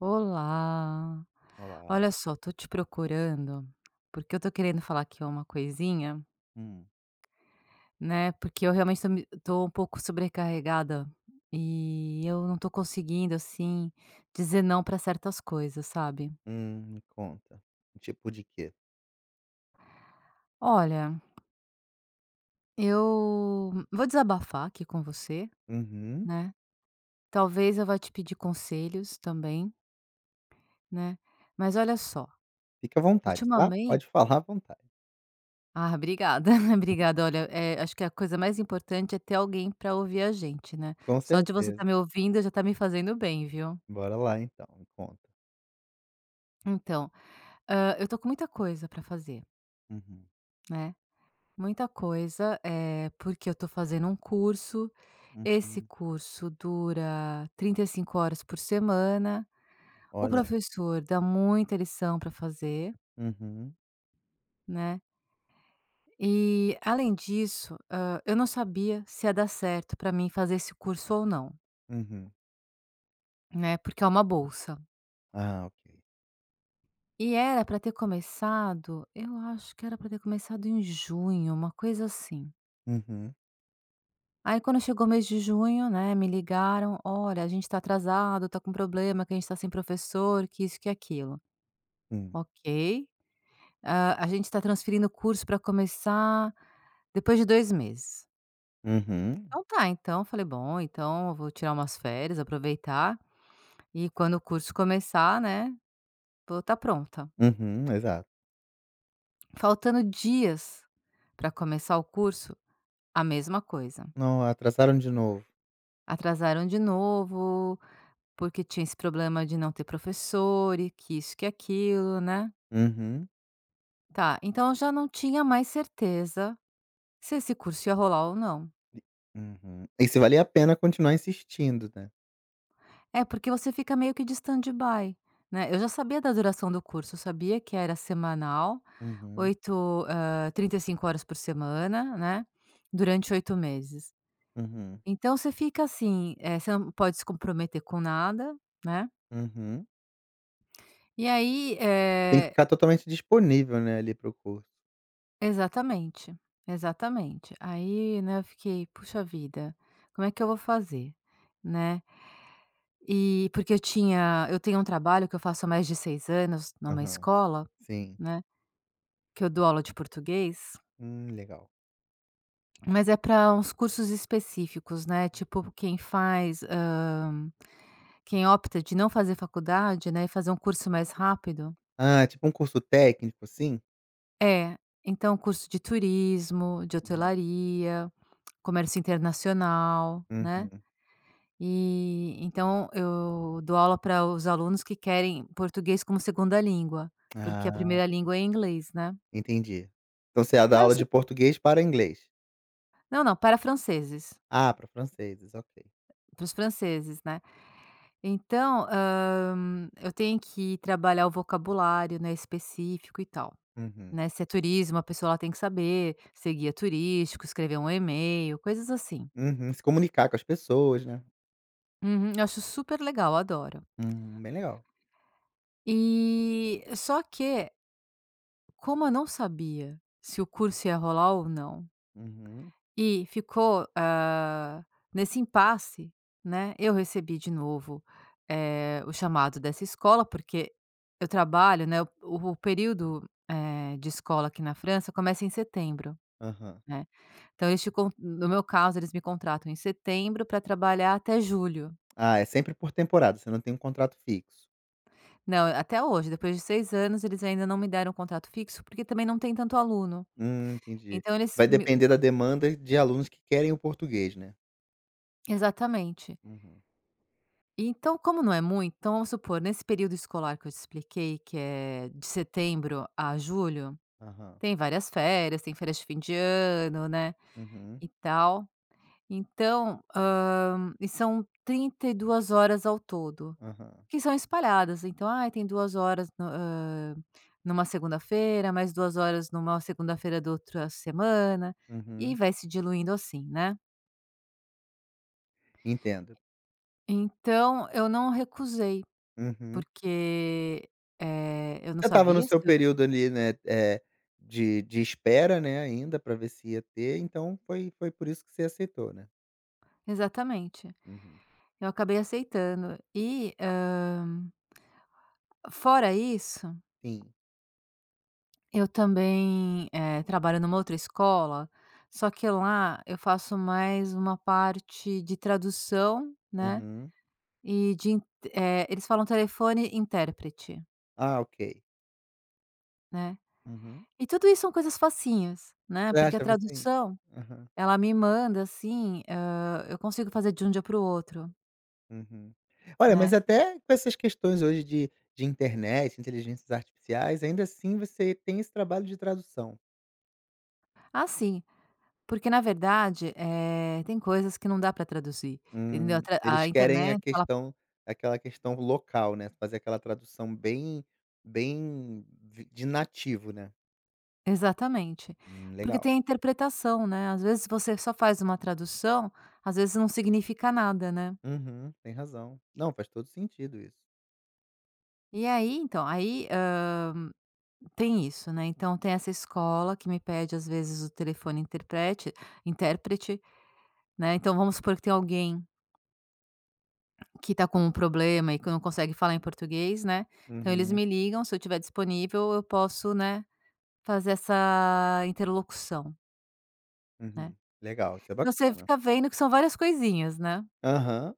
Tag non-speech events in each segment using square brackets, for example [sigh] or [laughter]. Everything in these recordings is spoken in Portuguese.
Olá, Olá. olha só, tô te procurando, porque eu tô querendo falar aqui uma coisinha, Hum. né? Porque eu realmente tô um pouco sobrecarregada e eu não tô conseguindo, assim, dizer não pra certas coisas, sabe? Me conta. Tipo de quê? Olha, eu vou desabafar aqui com você, Uhum. né? Talvez eu vá te pedir conselhos também, né? Mas olha só, Fica à vontade, tá? ultimamente. Pode [laughs] falar à vontade. Ah, obrigada, [laughs] obrigada. Olha, acho que a coisa mais importante é ter alguém para ouvir a gente, né. Com Só de você estar certeza. me ouvindo já tá me fazendo bem, viu. Bora lá então, me conta. Então, eu tô com muita coisa para fazer, Uhum, né, muita coisa, é porque eu tô fazendo um curso, esse uhum. curso dura 35 horas por semana, o Olha. professor dá muita lição para fazer, Uhum, né, e além disso, eu não sabia se ia dar certo para mim fazer esse curso ou não, uhum. né, porque é uma bolsa. Ah, ok. E era para ter começado, eu acho que era para ter começado em junho, uma coisa assim. Uhum, Aí quando chegou o mês de junho, né, me ligaram: "Olha, a gente tá atrasado, tá com problema, que a gente tá sem professor, que isso, que aquilo". hum. Ok. A gente tá transferindo o curso para começar depois de 2 meses. Uhum, Então tá, então falei: "Bom, então eu vou tirar umas férias, aproveitar e quando o curso começar, né, vou estar tá pronta". uhum, exato. Faltando dias para começar o curso, a mesma coisa. Não, atrasaram de novo. Atrasaram de novo, porque tinha esse problema de não ter professor e que isso, que aquilo, né. Uhum. Tá, então eu já não tinha mais certeza se esse curso ia rolar ou não. E uhum. E se valia a pena continuar insistindo, né. É, porque você fica meio que de stand-by, né. Eu já sabia da duração do curso, eu sabia que era semanal, Uhum, 35 horas por semana, né, durante 8 meses. uhum, Então você fica assim, você não pode se comprometer com nada, né. uhum. E aí, Tem que eh ficar totalmente disponível, né, ali pro curso. Exatamente, exatamente. Aí, né, eu fiquei: "Puxa vida, como é que eu vou fazer?", né. E porque eu tenho um trabalho que eu faço há mais de 6 anos numa Aham, escola, sim. né, que eu dou aula de português, Legal. mas é para uns cursos específicos, né, tipo quem faz, quem opta de não fazer faculdade, né, e fazer um curso mais rápido. Ah, tipo um curso técnico, assim? É, então curso de turismo, de Uhum. hotelaria, comércio internacional, né. Uhum. E então eu dou aula para os alunos que querem português como segunda língua, porque a Ah, primeira língua é inglês, né. entendi. Então você ia dar Então eu aula su de português para inglês. não, não, para franceses, Ah, para franceses, ok. para os franceses, né. Então, eu tenho que trabalhar o vocabulário, né, específico e tal, Uhum. né. Se é turismo, a pessoa ela tem que saber ser guia turístico, escrever um e-mail, coisas assim. Uhum. Se comunicar com as pessoas, né. Uhum, eu acho super legal, adoro. Bem legal. E só que, como eu não sabia se o curso ia rolar ou não, Uhum. e ficou, nesse impasse, né, eu recebi de novo, o chamado dessa escola, porque eu trabalho, né, o período, de escola aqui na França começa em setembro, Aham. né, então eles te con no meu caso, eles me contratam em setembro para trabalhar até julho. Ah, é sempre por temporada, você não tem um contrato fixo. Não, até hoje, depois de 6 anos, eles ainda não me deram um contrato fixo, porque também não tem tanto aluno. Entendi. Então eles Vai me, depender da demanda de alunos que querem o português, né. exatamente. Uhum. Então, como não é muito, então vamos supor, nesse período escolar que eu te expliquei, que é de setembro a julho, Aham. tem várias férias, tem férias de fim de ano, né, Uhum. e tal. Então, e são 32 horas ao todo, Aham. que são espalhadas. Então, tem 2 horas no hã, numa segunda-feira, mais 2 horas numa segunda-feira da outra semana, e Uhum. vai se diluindo assim, né. Entendo. Então, eu não recusei. Uhum. Porque, eu não Você estava no sabia se seu eu, período ali, né, eh, de espera, né, ainda para ver se ia ter, então foi por isso que você aceitou, né? exatamente. Uhum. Eu acabei aceitando e, fora isso, Sim. eu também, trabalho numa outra escola, só que lá eu faço mais uma parte de tradução, né, Uhum. e de in eles falam telefone e intérprete, Ah, ok. né. Uhum. E tudo isso são coisas facinhas, né, Você porque a achava assim? tradução, Aham. ela me manda assim, eu consigo fazer de um dia para o outro, Uhum. Olha, mas né. até com essas questões hoje de internet, inteligências artificiais, ainda assim você tem esse trabalho de tradução. Assim. Porque na verdade, tem coisas que não dá para traduzir, entendeu? A tra a Eles querem a internet ela, questão aquela questão local, né, fazer aquela tradução bem vi de nativo, né. exatamente. Porque Legal. tem a interpretação, né, às vezes você só faz uma tradução, às vezes não significa nada, né. Uhum, tem razão. Não, faz todo sentido isso. E aí então, aí, tem isso, né, então tem essa escola que me pede às vezes o telefone interprete intérprete, né, então vamos supor que tem alguém que tá com um problema e que não consegue falar em português, né, então eles Uhum, me ligam, se eu estiver disponível eu posso, né, fazer essa interlocução, né. uhum. Legal, isso é Então, você bacana. fica vendo que são várias coisinhas, né. Aham,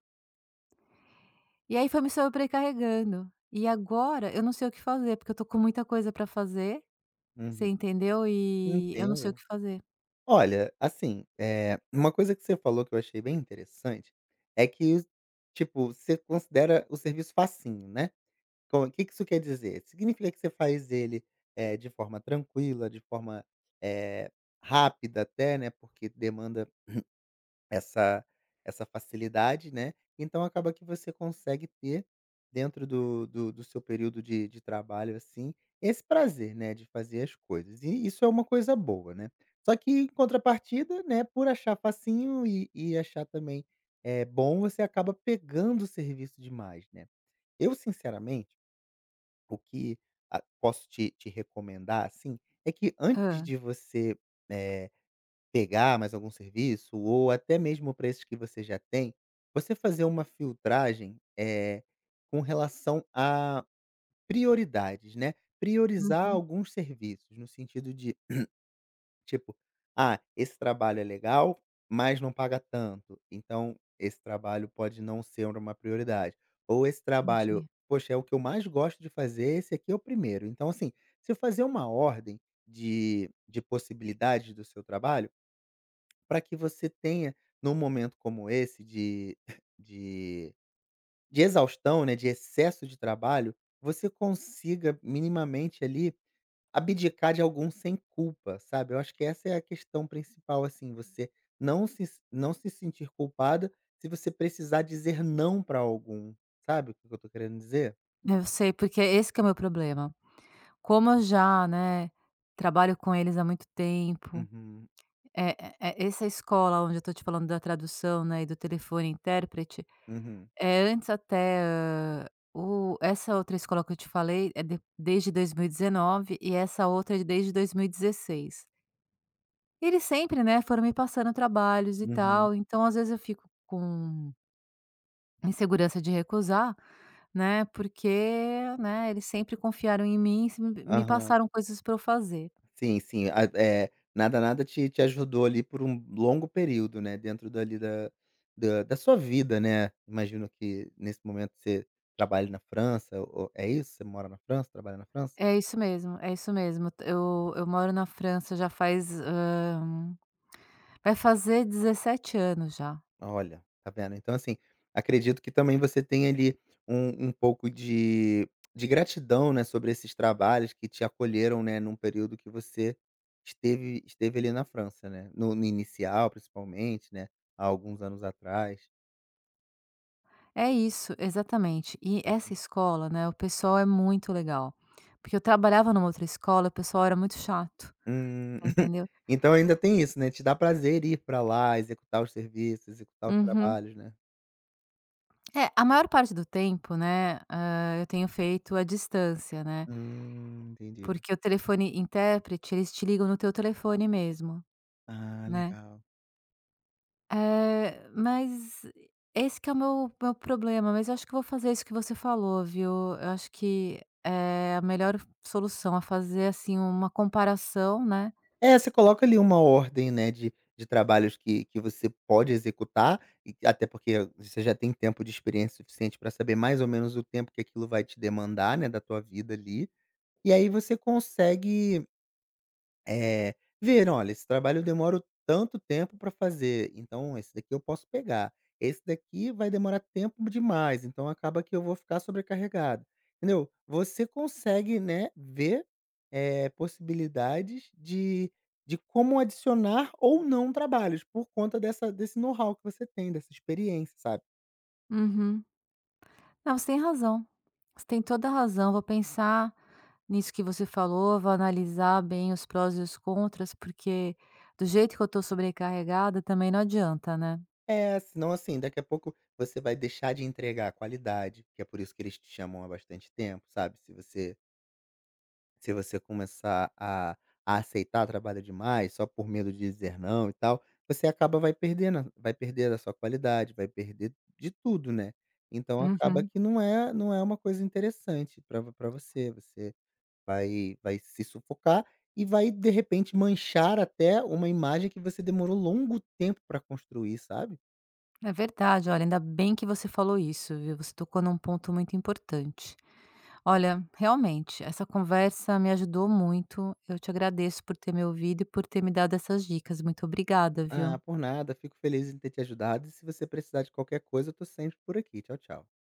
E aí foi me sobrecarregando. E agora eu não sei o que fazer, porque eu tô com muita coisa pra fazer, você uhum. entendeu, e eu não sei o Entendo. que fazer. Olha, assim, eh, uma coisa que você falou que eu achei bem interessante, é que, tipo, você considera o serviço facinho, né. Co Que isso quer dizer? Significa que você faz ele, eh, de forma tranquila, de forma, eh, rápida até, né, porque demanda Essa essa facilidade, né, então acaba que você consegue ter, dentro do seu período de trabalho, assim, esse prazer, né, de fazer as coisas. E isso é uma coisa boa, né. Só que em contrapartida, né, por achar facinho e achar também, é bom, você acaba pegando o serviço demais, né. Eu sinceramente, o que a posso te recomendar, assim, é que antes Hã. de você, eh, pegar mais algum serviço ou até mesmo para esses que você já tem, você fazer uma filtragem, eh, com relação a prioridades, né. Priorizar Uhum, alguns serviços, no sentido de, tipo: "Ah, esse trabalho é legal, mas não paga tanto, então esse trabalho pode não ser uma prioridade". Ou esse trabalho: entendi. "Poxa, é o que eu mais gosto de fazer, esse aqui é o primeiro". Então, assim, se eu fazer uma ordem de possibilidades do seu trabalho, para que você tenha, num momento como esse de [laughs] de de exaustão, né, de excesso de trabalho, você consiga minimamente ali abdicar de algum sem culpa, sabe. Eu acho que essa é a questão principal, assim, você não se não se sentir culpada se você precisar dizer não para algum, sabe o que que eu tô querendo dizer? Eu sei, porque esse que é o meu problema. Como eu já, né, trabalho com eles há muito tempo, Uhum, é, essa escola onde eu tô te falando da tradução, né, e do telefone intérprete. uhum, É, antes até, o essa outra escola que eu te falei é de desde 2019 e essa outra é desde 2016. Eles sempre, né, foram me passando trabalhos e uhum, tal, então às vezes eu fico com insegurança de recusar, né, porque, né, eles sempre confiaram em mim, se me aham. passaram coisas para eu fazer. Sim, sim. Nada te ajudou ali por um longo período, né, dentro dali da sua vida, né. Imagino que nesse momento você trabalha na França ou é isso? Você mora na França, trabalha na França? É isso mesmo, é isso mesmo. Eu moro na França já faz, vai fazer 17 anos já. Olha, tá vendo. Então assim, acredito que também você tenha ali um pouco de gratidão, né, sobre esses trabalhos que te acolheram, né, num período que você esteve ali na França, né. No inicial principalmente, né, há alguns anos atrás. É isso, exatamente. E essa escola, né, o pessoal é muito legal. Porque eu trabalhava numa outra escola, o pessoal era muito chato, Hum. [laughs] entendeu? Então ainda tem isso, né, te dá prazer ir pra lá, executar os serviços, executar os Uhum. trabalhos, né? É, a maior parte do tempo, né, eu tenho feito à distância, né, Entendi. porque o telefone intérprete, eles te ligam no teu telefone mesmo, Ah, né. legal. Mas esse que é o meu problema, mas eu acho que eu vou fazer isso que você falou, viu. Eu acho que é a melhor solução, a fazer, assim, uma comparação, né. É, você coloca ali uma ordem, né, de trabalhos que você pode executar, até porque você já tem tempo de experiência suficiente para saber mais ou menos o tempo que aquilo vai te demandar, né, da tua vida ali, e aí você consegue, eh, ver: "Olha, esse trabalho eu demoro tanto tempo para fazer, então esse daqui eu posso pegar. Esse daqui vai demorar tempo demais, então acaba que eu vou ficar sobrecarregado", entendeu? Você consegue, né, ver, eh, possibilidades de como adicionar ou não trabalhos por conta dessa desse know-how que você tem, dessa experiência, sabe? Uhum. Não, você tem razão. Você tem toda a razão. Vou pensar nisso que você falou, vou analisar bem os prós e os contras, porque do jeito que eu tô sobrecarregada também não adianta, né? É, senão, assim, daqui a pouco você vai deixar de entregar a qualidade, que é por isso que eles te chamam há bastante tempo, sabe? Se você começar a aceitar trabalho demais só por medo de dizer não e tal, você acaba vai perder a sua qualidade, vai perder de tudo, né. Então acaba Uhum. que não é uma coisa interessante para vo você, você vai se sufocar e vai, de repente, manchar até uma imagem que você demorou longo tempo para construir, sabe. É verdade, olha, ainda bem que você falou isso, viu? Você tocou num ponto muito importante. Olha, realmente, essa conversa me ajudou muito. Eu te agradeço por ter me ouvido e por ter me dado essas dicas. Muito obrigada, viu? Ah, por nada, fico feliz em ter te ajudado e se você precisar de qualquer coisa eu tô sempre por aqui. Tchau, tchau.